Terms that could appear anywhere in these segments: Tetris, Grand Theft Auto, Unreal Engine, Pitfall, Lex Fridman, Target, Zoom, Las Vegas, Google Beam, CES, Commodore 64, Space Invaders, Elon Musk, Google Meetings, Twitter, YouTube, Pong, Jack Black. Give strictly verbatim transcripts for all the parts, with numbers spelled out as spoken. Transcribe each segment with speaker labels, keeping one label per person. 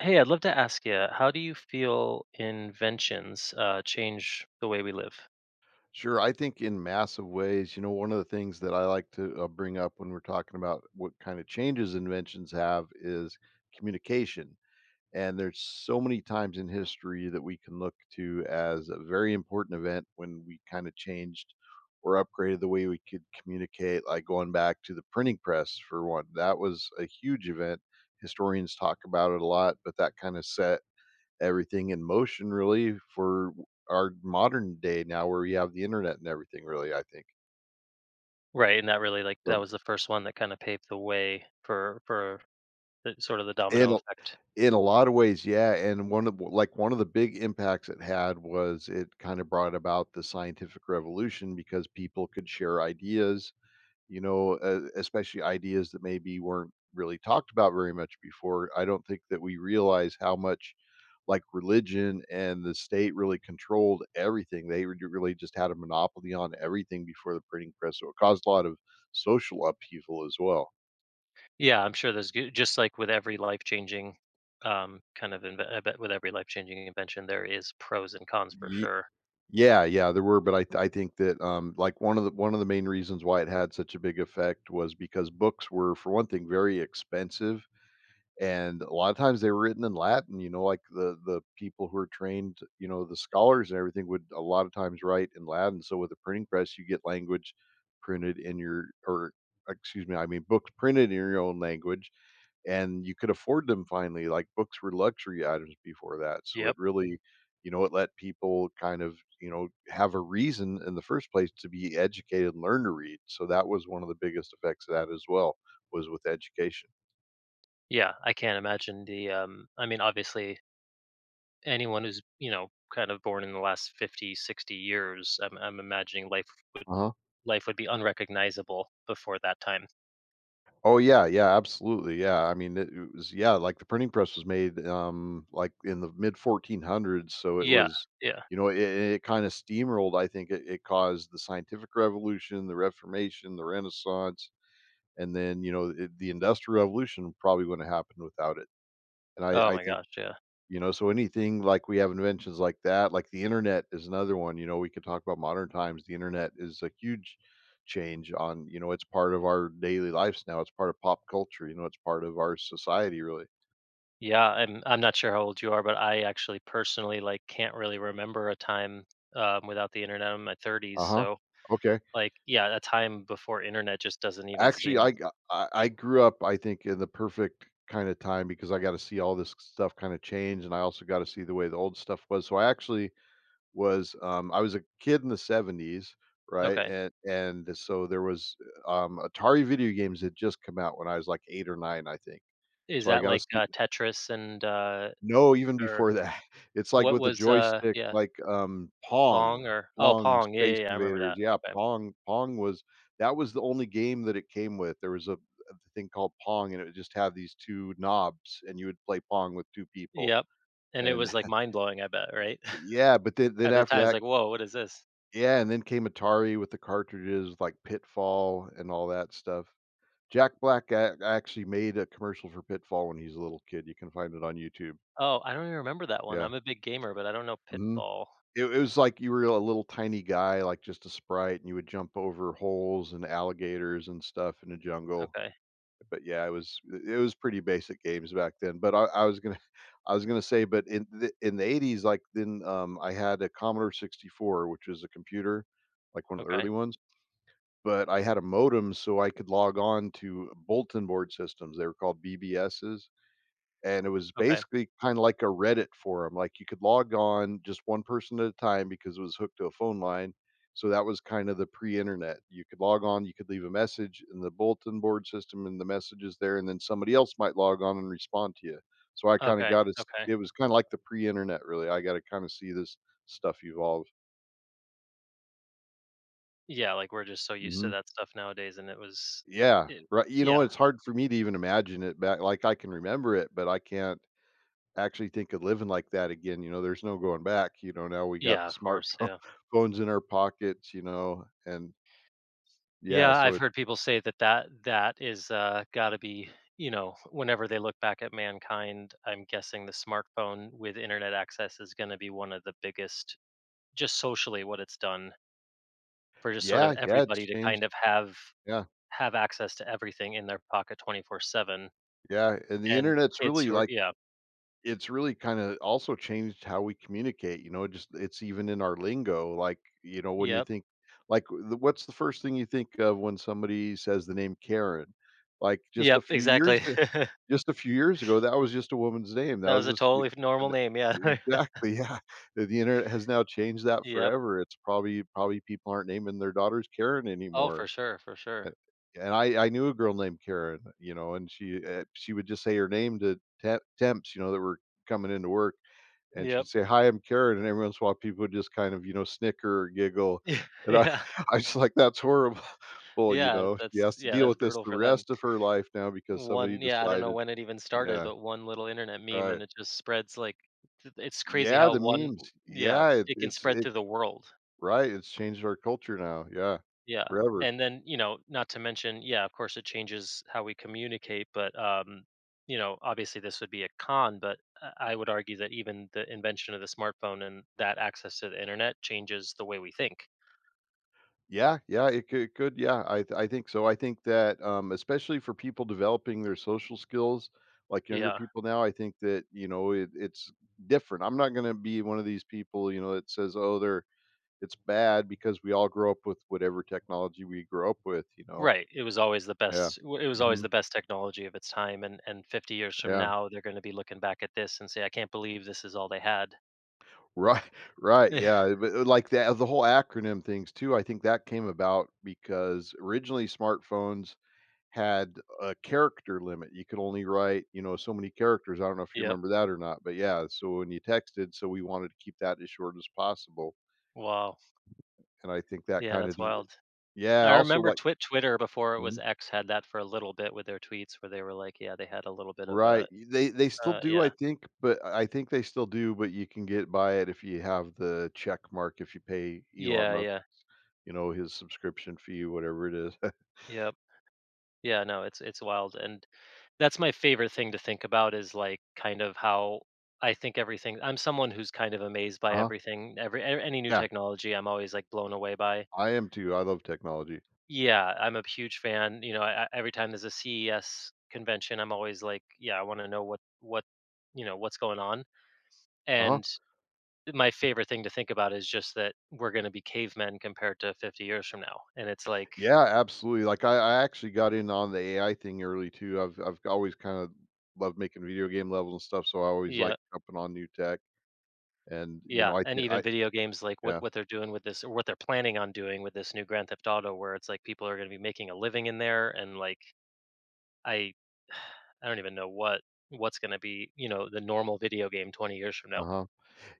Speaker 1: Hey, I'd love to ask you, how do you feel inventions uh, change the way we live?
Speaker 2: Sure. I think in massive ways, you know, one of the things that I like to uh, bring up when we're talking about what kind of changes inventions have is communication. And there's so many times in history that we can look to as a very important event when we kind of changed or upgraded the way we could communicate, like going back to the printing press, for one. That was a huge event. Historians talk about it a lot, but that kind of set everything in motion really for our modern day now where we have the internet and everything really, I think.
Speaker 1: Right, and that really like that
Speaker 2: So
Speaker 1: was the first one that kind of paved the way for for the, sort of the
Speaker 2: in
Speaker 1: domino
Speaker 2: a
Speaker 1: effect.
Speaker 2: in a lot of ways, yeah, and one of like one of the big impacts it had was it kind of brought about the scientific revolution because people could share ideas, you know, uh, especially ideas that maybe weren't really talked about very much before. I don't think that we realize how much like religion and the state really controlled everything. They re- really just had a monopoly on everything before the printing press. So it caused a lot of social upheaval as well.
Speaker 1: Yeah, I'm sure there's g- just like with every life changing um, kind of inve- I bet with every life changing invention there is pros and cons for
Speaker 2: Ye-
Speaker 1: sure.
Speaker 2: yeah, yeah, there were, but I th- I think that um like one of the one of the main reasons why it had such a big effect was because books were for one thing very expensive, and a lot of times they were written in Latin, you know, like the the people who are trained, you know, the scholars and everything would a lot of times write in Latin. So with a printing press, you get language printed in your or excuse me, I mean books printed in your own language, and you could afford them finally. Like books were luxury items before that, so
Speaker 1: Yep.
Speaker 2: it really, you know, it let people kind of, you know, have a reason in the first place to be educated and learn to read. So that was one of the biggest effects of that as well, was with education.
Speaker 1: Yeah, I can't imagine the um I mean, obviously anyone who's, you know, kind of born in the last fifty, sixty years, I'm I'm imagining life
Speaker 2: Uh-huh.
Speaker 1: life would be unrecognizable before that time.
Speaker 2: Oh yeah, yeah, absolutely. Yeah. I mean, it, it was yeah, like the printing press was made um like in the mid fourteen hundreds, so it
Speaker 1: Yeah,
Speaker 2: was,
Speaker 1: yeah.
Speaker 2: you know, it, it kind of steamrolled. I think it, it caused the scientific revolution, the Reformation, the Renaissance, and then you know it, the Industrial Revolution probably wouldn't have happened without it. And
Speaker 1: Oh
Speaker 2: I, I
Speaker 1: my
Speaker 2: think,
Speaker 1: gosh, yeah.
Speaker 2: you know, so anything like we have inventions like that, like the internet is another one, you know, we could talk about modern times. The internet is a huge change on, you know, it's part of our daily lives now. It's part of pop culture, you know, it's part of our society really.
Speaker 1: Yeah, I'm I'm not sure how old you are, but I actually personally, like, can't really remember a time, um, without the internet. I'm in my thirties,
Speaker 2: Uh-huh.
Speaker 1: so,
Speaker 2: Okay.
Speaker 1: like, yeah, a time before internet just doesn't even
Speaker 2: Actually,
Speaker 1: seem.
Speaker 2: I g- I I grew up, I think, in the perfect kind of time because I got to see all this stuff kind of change and I also got to see the way the old stuff was. So I actually was, um, I was a kid in the seventies, right?
Speaker 1: Okay.
Speaker 2: And and so there was, um, Atari video games had just come out when I was like eight or nine, I think.
Speaker 1: Is
Speaker 2: So I
Speaker 1: that
Speaker 2: got to
Speaker 1: like,
Speaker 2: see.
Speaker 1: uh, Tetris and, uh,
Speaker 2: No, even
Speaker 1: or
Speaker 2: before that. It's like
Speaker 1: what
Speaker 2: with the
Speaker 1: was, uh
Speaker 2: joystick,
Speaker 1: yeah,
Speaker 2: like, um, Pong,
Speaker 1: Pong or oh,
Speaker 2: Pong,
Speaker 1: Pong, yeah,
Speaker 2: Space
Speaker 1: yeah, yeah, I remember
Speaker 2: Invaders.
Speaker 1: that.
Speaker 2: Yeah,
Speaker 1: Okay.
Speaker 2: Pong Pong was that was the only game that it came with. There was a a thing called Pong, and it would just have these two knobs, and you would play Pong with two people.
Speaker 1: Yep, and it was,
Speaker 2: And
Speaker 1: like, mind blowing, I bet, right?
Speaker 2: yeah, but then then
Speaker 1: At the
Speaker 2: after
Speaker 1: time, it's
Speaker 2: that.
Speaker 1: like, "Whoa, what is this?"
Speaker 2: Yeah, and then came Atari with the cartridges like Pitfall and all that stuff. Jack Black ac actually made a commercial for Pitfall when he was a little kid, you can find it on YouTube.
Speaker 1: Oh, I don't even remember that one.
Speaker 2: Yeah,
Speaker 1: I'm a big gamer, but I don't know
Speaker 2: mhm.
Speaker 1: Pitfall.
Speaker 2: It it was like you were a little tiny guy, like just a sprite, and you would jump over holes and alligators and stuff in the jungle.
Speaker 1: Okay.
Speaker 2: But yeah, it was it it was pretty basic games back then, but I I was gonna I was gonna say, but in the in the eighties, like, then, um, I had a Commodore sixty-four, which was a computer, like one of the
Speaker 1: Okay.
Speaker 2: early ones, but I had a modem so I could log on to bulletin board systems. They were called B B Ss. And it was
Speaker 1: Okay.
Speaker 2: basically kind of like a Reddit forum. Like you could log on just one person at a time because it was hooked to a phone line. So that was kind of the pre internet. You could log on, you could leave a message in the bulletin board system, and the message is there. And then somebody else might log on and respond to you. So I kind of
Speaker 1: Okay.
Speaker 2: got it.
Speaker 1: Okay.
Speaker 2: It was kind of like the pre internet, really. I got to kind of see this stuff evolve.
Speaker 1: Yeah, like, we're just so used to
Speaker 2: Mhm.
Speaker 1: that stuff nowadays, and it was
Speaker 2: Yeah,
Speaker 1: it
Speaker 2: right, you know,
Speaker 1: yeah.
Speaker 2: it's hard for me to even imagine it back, like, I can remember it, but I can't actually think of living like that again, you know, there's no going back, you know, now we got
Speaker 1: Yeah,
Speaker 2: the
Speaker 1: of course,
Speaker 2: smartphone
Speaker 1: yeah.
Speaker 2: phones in our pockets, you know, and yeah,
Speaker 1: Yeah,
Speaker 2: so
Speaker 1: I've
Speaker 2: it
Speaker 1: heard people say that that that is, uh, gotta be, you know, whenever they look back at mankind, I'm guessing the smartphone with internet access is gonna be one of the biggest just socially what it's done for just sort of
Speaker 2: yeah, yeah, it's
Speaker 1: everybody to kind
Speaker 2: changed.
Speaker 1: of have
Speaker 2: Yeah,
Speaker 1: have access to everything in their pocket twenty-four seven.
Speaker 2: yeah, and the
Speaker 1: And
Speaker 2: Internet's
Speaker 1: kids
Speaker 2: really,
Speaker 1: who are,
Speaker 2: like
Speaker 1: yeah.
Speaker 2: it's really kinda also changed how we communicate, you know, just it's even in our lingo, like, you know, when you
Speaker 1: Yep.
Speaker 2: think like, the what's the first thing you think of when somebody says the name Karen? Like, just a
Speaker 1: Yep,
Speaker 2: few years.
Speaker 1: exactly.
Speaker 2: Just a few years ago, that was just a woman's name. That
Speaker 1: That was
Speaker 2: was
Speaker 1: a
Speaker 2: just you
Speaker 1: totally normal
Speaker 2: and
Speaker 1: name, yeah.
Speaker 2: exactly, yeah. The the internet has now changed that
Speaker 1: Yep.
Speaker 2: forever. It's probably probably people aren't naming their daughters Karen
Speaker 1: Oh, for
Speaker 2: anymore.
Speaker 1: sure, for
Speaker 2: And
Speaker 1: sure.
Speaker 2: and I I knew a girl named Karen, you know, and she, eh, she would just say her name to temp temps, you know, that were coming into work, and
Speaker 1: Yep.
Speaker 2: she'd say, "Hi, I'm Karen," and every once in a while, people would just kind of, you know, snicker or giggle,
Speaker 1: Yeah,
Speaker 2: and I
Speaker 1: yeah,
Speaker 2: I was like, "That's horrible," you
Speaker 1: yeah,
Speaker 2: know? She
Speaker 1: that's
Speaker 2: has to
Speaker 1: yeah,
Speaker 2: deal
Speaker 1: that's
Speaker 2: with this
Speaker 1: brutal
Speaker 2: the
Speaker 1: for them.
Speaker 2: rest of her life now because somebody
Speaker 1: One Yeah, I don't know
Speaker 2: decided.
Speaker 1: when it even started,
Speaker 2: Yeah.
Speaker 1: but one little internet meme and
Speaker 2: Right.
Speaker 1: it just spreads like th It's crazy
Speaker 2: Yeah,
Speaker 1: how
Speaker 2: the
Speaker 1: one
Speaker 2: memes.
Speaker 1: yeah,
Speaker 2: Yeah, it
Speaker 1: it can
Speaker 2: it's
Speaker 1: spread
Speaker 2: it
Speaker 1: through the world.
Speaker 2: right, it's changed our culture now, yeah,
Speaker 1: Yeah.
Speaker 2: forever.
Speaker 1: And then, you know, not to mention, yeah, of course it changes how we communicate, but um, you know, obviously this would be a con, but I I would argue that even the invention of the smartphone and that access to the internet changes the way we think.
Speaker 2: Yeah, yeah, it could it could, yeah, I th- I think so, I think that, um, especially for people developing their social skills, like younger
Speaker 1: Yeah.
Speaker 2: people now, I think that, you know, it it's different, I'm not gonna be one of these people, you know, that says, "Oh, they're it's bad," because we all grow up with whatever technology we grew up with, you know?
Speaker 1: Right. It was always the
Speaker 2: Yeah.
Speaker 1: best w- it was always
Speaker 2: Mhm.
Speaker 1: the best technology of its time, and and fifty years from
Speaker 2: Yeah.
Speaker 1: now they're going to be looking back at this and say, I can't believe this is all they had.
Speaker 2: Right, right, yeah, but, uh, like, the the whole acronym things too, I think that came about because originally smartphones had a character limit, you could only write, you know, so many characters, I don't know if you
Speaker 1: Yep.
Speaker 2: remember that or not, but yeah, so when you texted, so we wanted to keep that as short as possible,
Speaker 1: Wow.
Speaker 2: and I think that
Speaker 1: Yeah,
Speaker 2: kind of.
Speaker 1: that's wild.
Speaker 2: Yeah,
Speaker 1: I
Speaker 2: also
Speaker 1: remember
Speaker 2: like.
Speaker 1: Twi Twitter before it was
Speaker 2: Mhm.
Speaker 1: X had that for a little bit with their tweets, where they were like, yeah, they had a little bit of a,
Speaker 2: Right, y they they still
Speaker 1: uh,
Speaker 2: do, I
Speaker 1: yeah,
Speaker 2: think, but I think they still do, but you can get by it if you have the check mark, if you pay Elon
Speaker 1: yeah,
Speaker 2: Musk,
Speaker 1: yeah,
Speaker 2: you know, his subscription fee, whatever it is.
Speaker 1: yep, yeah. No, it's it's wild, and that's my favorite thing to think about is like kind of how I think everything. I'm someone who's kind of amazed by
Speaker 2: Uh-huh,
Speaker 1: everything, every a- any new
Speaker 2: yeah,
Speaker 1: technology. I'm always like blown away by.
Speaker 2: I am too, I love technology.
Speaker 1: Yeah, I'm a huge fan. You know, I, I- every time there's a C E S convention, I'm always like, yeah, I want to know what what you know what's going on,
Speaker 2: Uh-huh,
Speaker 1: and my favorite thing to think about is just that we're going to be cavemen compared to fifty years from now, and it's like,
Speaker 2: yeah, absolutely, like, I I actually got in on the A I thing early too, I've I've always kinda loved making video game levels and stuff, so I always
Speaker 1: yeah,
Speaker 2: like jumping on new tech, and, you
Speaker 1: yeah,
Speaker 2: know, I
Speaker 1: and
Speaker 2: th
Speaker 1: even
Speaker 2: I
Speaker 1: video games, like what
Speaker 2: yeah,
Speaker 1: what they're doing with this or what they're planning on doing with this new Grand Theft Auto, where it's like people are going to be making a living in there, and like I I don't even know what what's going to be, you know the normal video game twenty years from now.
Speaker 2: uh-huh.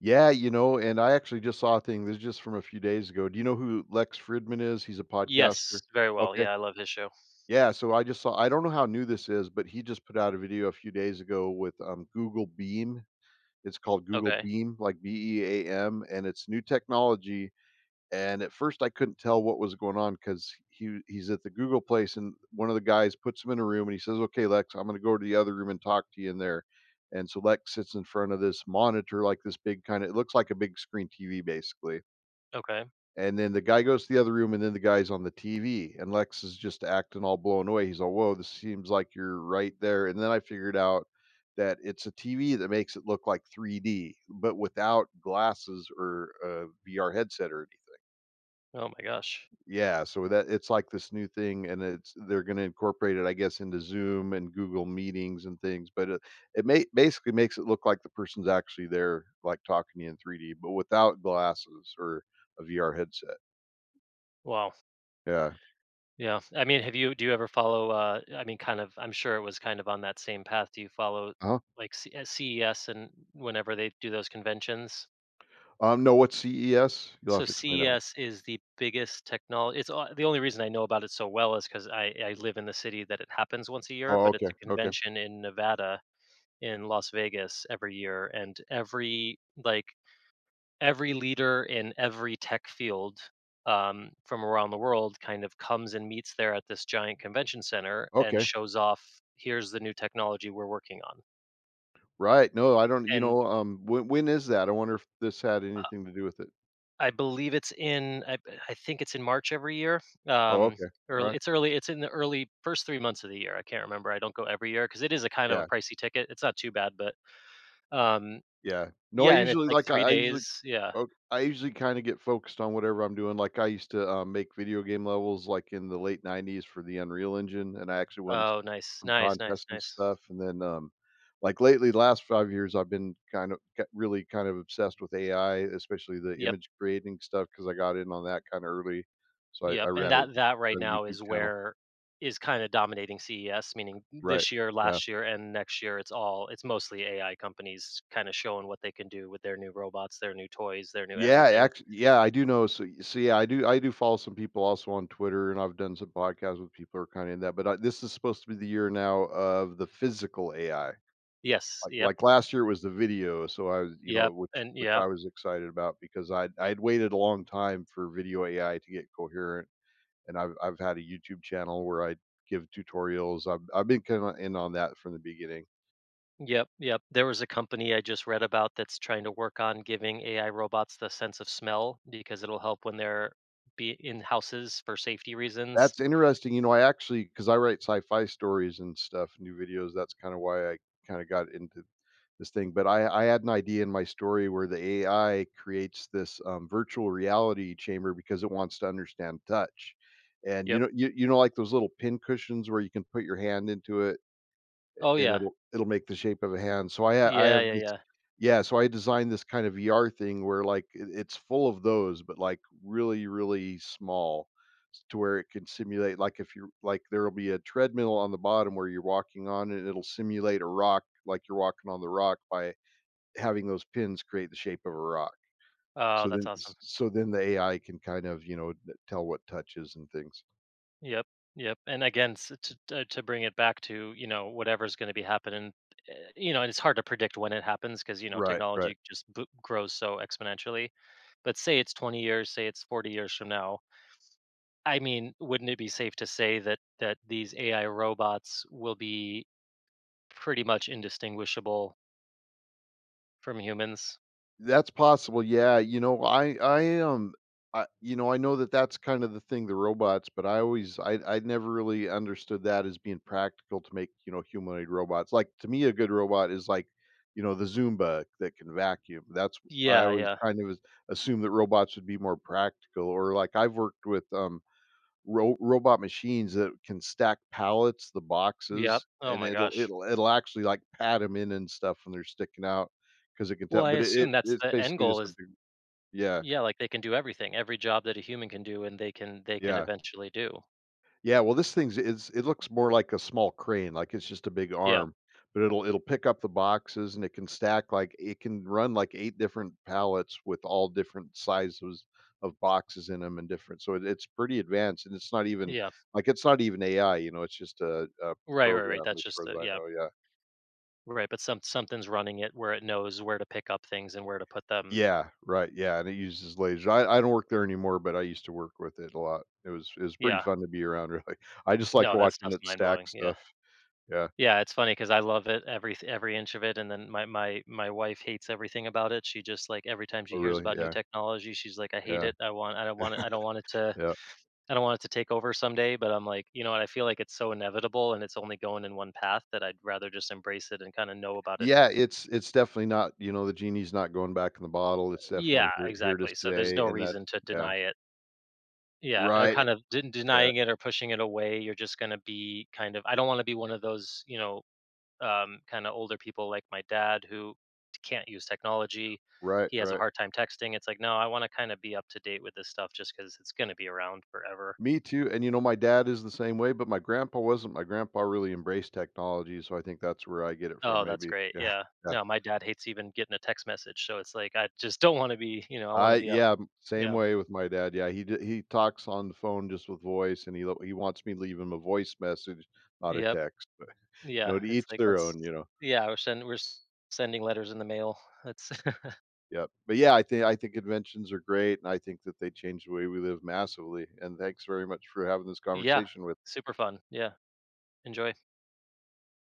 Speaker 2: Yeah, you know, and I actually just saw a thing, this is just from a few days ago. Do you know who Lex Fridman is? He's a podcaster.
Speaker 1: Yes, very well.
Speaker 2: Okay.
Speaker 1: Yeah, I love his show.
Speaker 2: Yeah, so I just saw I don't know how new this is, but he just put out a video a few days ago with, um, Google Beam. It's called Google
Speaker 1: Okay,
Speaker 2: Beam, like B E A M, and it's new technology and at first I couldn't tell what was going on because he he's at the Google place and one of the guys puts him in a room and he says, "Okay, Lex, I'm going to go to the other room and talk to you in there." And so Lex sits in front of this monitor, like this big kind of it looks like a big screen T V basically.
Speaker 1: okay.
Speaker 2: And then the guy goes to the other room, and then the guy's on the T V, and Lex is just acting all blown away. He's all, "Whoa, this seems like you're right there." And then I figured out that it's a T V that makes it look like three D, but without glasses or a V R headset or
Speaker 1: Oh my gosh.
Speaker 2: yeah, so that it's like this new thing, and it's they're gonna incorporate it, I guess, into Zoom and Google Meetings and things, but it it ma basically makes it look like the person's actually there, like, talking to you in three D, but without glasses or a V R headset.
Speaker 1: Wow.
Speaker 2: Yeah.
Speaker 1: Yeah. I mean, have you do you ever follow, uh, I mean, kind of I'm sure it was kind of on that same path. Do you follow
Speaker 2: Huh.
Speaker 1: like C- uh, C E S and whenever they do those conventions?
Speaker 2: Um, no, what's C E S? You'll
Speaker 1: So
Speaker 2: have to explain that one.
Speaker 1: C E S is the biggest technology. It's o- the only reason I know about it so well is because I, I live in the city that it happens once a year,
Speaker 2: Oh,
Speaker 1: but it's
Speaker 2: okay,
Speaker 1: a
Speaker 2: okay,
Speaker 1: convention in Nevada, in Las Vegas, every year, and every like every leader in every tech field, um, from around the world, kind of comes and meets there at this giant convention center and
Speaker 2: okay.
Speaker 1: shows off, here's the new technology we're working on.
Speaker 2: Right, no, I don't you
Speaker 1: And
Speaker 2: know, um, when when is that? I wonder if this had anything to do with it.
Speaker 1: i believe it's in i, I think it's in March every year.
Speaker 2: Oh,
Speaker 1: Um,
Speaker 2: okay,
Speaker 1: early
Speaker 2: alright.
Speaker 1: it's early It's in the early first three months of the year. I can't remember. I don't go every year because it is a kind of a
Speaker 2: Yeah,
Speaker 1: pricey ticket. It's not too bad, but um,
Speaker 2: yeah. No, I
Speaker 1: yeah, and it's
Speaker 2: usually
Speaker 1: like
Speaker 2: like, I
Speaker 1: three
Speaker 2: I usually
Speaker 1: days yeah.
Speaker 2: Oh, I usually kinda get focused on whatever I'm doing, like, I used to, um, make video game levels, like, in the late nineties for the Unreal Engine, and I actually won s
Speaker 1: Oh, nice,
Speaker 2: some
Speaker 1: nice, nice,
Speaker 2: contests and
Speaker 1: nice.
Speaker 2: stuff, and then, um, like, lately, last five years, I've been kind of g really kind of obsessed with A I, especially the
Speaker 1: Yep.
Speaker 2: image creating stuff, because I got in on that kinda early, so I I
Speaker 1: Yep, and
Speaker 2: ran a
Speaker 1: that that right
Speaker 2: ran a
Speaker 1: now
Speaker 2: YouTube
Speaker 1: is
Speaker 2: channel.
Speaker 1: where is kinda dominating C E S, meaning
Speaker 2: Right.
Speaker 1: this year,
Speaker 2: Yeah.
Speaker 1: last year, and next year, it's all it's mostly A I companies kinda showing what they can do with their new robots, their new toys, their new
Speaker 2: Yeah,
Speaker 1: everything.
Speaker 2: actually, yeah, I do know, so so, yeah, I do I do follow some people also on Twitter, and I've done some podcasts with people who are kinda in that, but, uh, this is supposed to be the year now of the physical A I.
Speaker 1: Yes,
Speaker 2: Like
Speaker 1: yep,
Speaker 2: like, last year it was the video, so I was you know,
Speaker 1: yep,
Speaker 2: which
Speaker 1: and
Speaker 2: which
Speaker 1: yep,
Speaker 2: I was excited about because I I'd I'd waited a long time for video A I to get coherent, and I've I've had a YouTube channel where I give tutorials. I've I've been kinda in on that from the beginning.
Speaker 1: yep, yep. There was a company I just read about that's trying to work on giving A I robots the sense of smell because it'll help when they're be in houses for safety reasons.
Speaker 2: That's interesting, you know, I actually, because I write sci-fi stories and stuff, new videos, that's kinda why I kinda got into this thing, but I I had an idea in my story where the A I creates this, um, virtual reality chamber because it wants to understand touch, and, you
Speaker 1: Yep.
Speaker 2: know you you know, like those little pin cushions where you can put your hand into it
Speaker 1: Oh,
Speaker 2: and
Speaker 1: yeah.
Speaker 2: it'll it'll make the shape of a hand. So I ha I
Speaker 1: Yeah,
Speaker 2: have
Speaker 1: yeah,
Speaker 2: this
Speaker 1: yeah.
Speaker 2: yeah, so I designed this kind of V R thing where, like, it it's full of those, but, like, really, really small s to where it can simulate like, if you're like, there'll be a treadmill on the bottom where you're walking on, and it'll simulate a rock, like you're walking on the rock by having those pins create the shape of a rock.
Speaker 1: Oh,
Speaker 2: So
Speaker 1: that's
Speaker 2: then
Speaker 1: awesome.
Speaker 2: s so then the A I can kind of, you know, th tell what touches and things.
Speaker 1: Yep, yep, and again, s to to to bring it back to, you know, whatever's gonna be happening, eh, you know, and it's hard to predict when it happens because, you know,
Speaker 2: Right, right.
Speaker 1: technology just bo grows so exponentially. But say it's twenty years, say it's forty years from now, I mean, wouldn't it be safe to say that that these A I robots will be pretty much indistinguishable from humans?
Speaker 2: That's possible. Yeah, you know, I I um I you know, I know that that's kind of the thing the robots, but I always I I never really understood that as being practical to make, you know, humanoid robots. Like to me a good robot is like, you know, the Zumba that can vacuum. That's I
Speaker 1: Yeah,
Speaker 2: always
Speaker 1: yeah,
Speaker 2: kind of assume that robots would be more practical or like I've worked with um ro robot machines that can stack pallets, the
Speaker 1: yep,
Speaker 2: boxes,
Speaker 1: oh
Speaker 2: and
Speaker 1: my
Speaker 2: it'll
Speaker 1: gosh.
Speaker 2: it'll it'll actually, like, pat them in and stuff when they're sticking out because it can
Speaker 1: Well,
Speaker 2: tell
Speaker 1: I
Speaker 2: but it
Speaker 1: assume
Speaker 2: it
Speaker 1: that's
Speaker 2: it's
Speaker 1: the end
Speaker 2: basically
Speaker 1: goal
Speaker 2: just a
Speaker 1: is
Speaker 2: big Yeah,
Speaker 1: yeah, like, they can do everything, every job that a human can do, and they can they can
Speaker 2: yeah.
Speaker 1: eventually do.
Speaker 2: Yeah, well, this thing's is it looks more like a small crane, like it's just a big
Speaker 1: Yeah,
Speaker 2: arm, but it'll it'll pick up the boxes and it can stack like it can run like eight different pallets with all different sizes of boxes in them and different. So it, it's pretty advanced and it's not even
Speaker 1: yeah.
Speaker 2: like it's not even A I, you know, it's just a, a
Speaker 1: Right, right, right.
Speaker 2: program
Speaker 1: That's
Speaker 2: as
Speaker 1: just
Speaker 2: far as
Speaker 1: a
Speaker 2: I
Speaker 1: Yeah,
Speaker 2: know. Yeah.
Speaker 1: right, but some something's running it where it knows where to pick up things and where to put them.
Speaker 2: Yeah, right. Yeah, and it uses lasers. I, I don't work there anymore, but I used to work with it a lot. It was it was pretty
Speaker 1: Yeah.
Speaker 2: fun to be around, really. I just liked
Speaker 1: No, that
Speaker 2: watching
Speaker 1: stuff's
Speaker 2: it stack
Speaker 1: mind-blowing, yeah.
Speaker 2: stuff. Yeah.
Speaker 1: Yeah, it's funny because I love it, every every inch of it, and then my my my wife hates everything about it. She just, like, every time she
Speaker 2: Oh,
Speaker 1: hears
Speaker 2: really?
Speaker 1: about new
Speaker 2: Yeah.
Speaker 1: technology, she's like, "I hate
Speaker 2: Yeah.
Speaker 1: it, I want I don't want it I don't want it to
Speaker 2: Yeah.
Speaker 1: I don't want it to take over someday," but I'm like, "You know what, I feel like it's so inevitable and it's only going in one path that I'd rather just embrace it and kinda know about it."
Speaker 2: Yeah, it's it's definitely not you know, the genie's not going back in the bottle, it's definitely
Speaker 1: Yeah,
Speaker 2: here here to
Speaker 1: exactly, so there's no
Speaker 2: stay, and that
Speaker 1: reason to
Speaker 2: yeah.
Speaker 1: deny it. Yeah, uh,
Speaker 2: Right,
Speaker 1: kind of de
Speaker 2: yeah,
Speaker 1: denying it or pushing it away. You're just gonna be kind of I don't wanna be one of those, you know, um, kinda older people like my dad who can't use technology.
Speaker 2: right,
Speaker 1: He has a
Speaker 2: right.
Speaker 1: hard time texting. It's like, no, I wanna kinda be up to date with this stuff just because it's gonna be around forever.
Speaker 2: Me too, and, you know, my dad is the same way, but my grandpa wasn't. My grandpa really embraced technology, so I think that's where I get it from
Speaker 1: Oh, that's
Speaker 2: maybe.
Speaker 1: great,
Speaker 2: Yeah,
Speaker 1: yeah.
Speaker 2: yeah.
Speaker 1: No, my dad hates even getting a text message, so it's like, I just don't wanna be, you know, I
Speaker 2: I
Speaker 1: wanna be up.
Speaker 2: yeah, m same
Speaker 1: Yeah.
Speaker 2: way with my dad, yeah, he d he talks on the phone just with voice, and he l he wants me to leave him a voice message, not a
Speaker 1: Yep.
Speaker 2: text, but, you
Speaker 1: Yeah,
Speaker 2: know, to
Speaker 1: it's
Speaker 2: each
Speaker 1: like,
Speaker 2: their
Speaker 1: let's
Speaker 2: own, you know?
Speaker 1: yeah, we're send we're s- sending letters in the mail. That's
Speaker 2: Yep. But yeah, I think I think inventions are great, and I think that they change the way we live massively. And thanks very much for having this
Speaker 1: yeah,
Speaker 2: conversation with
Speaker 1: super fun. Yeah, enjoy.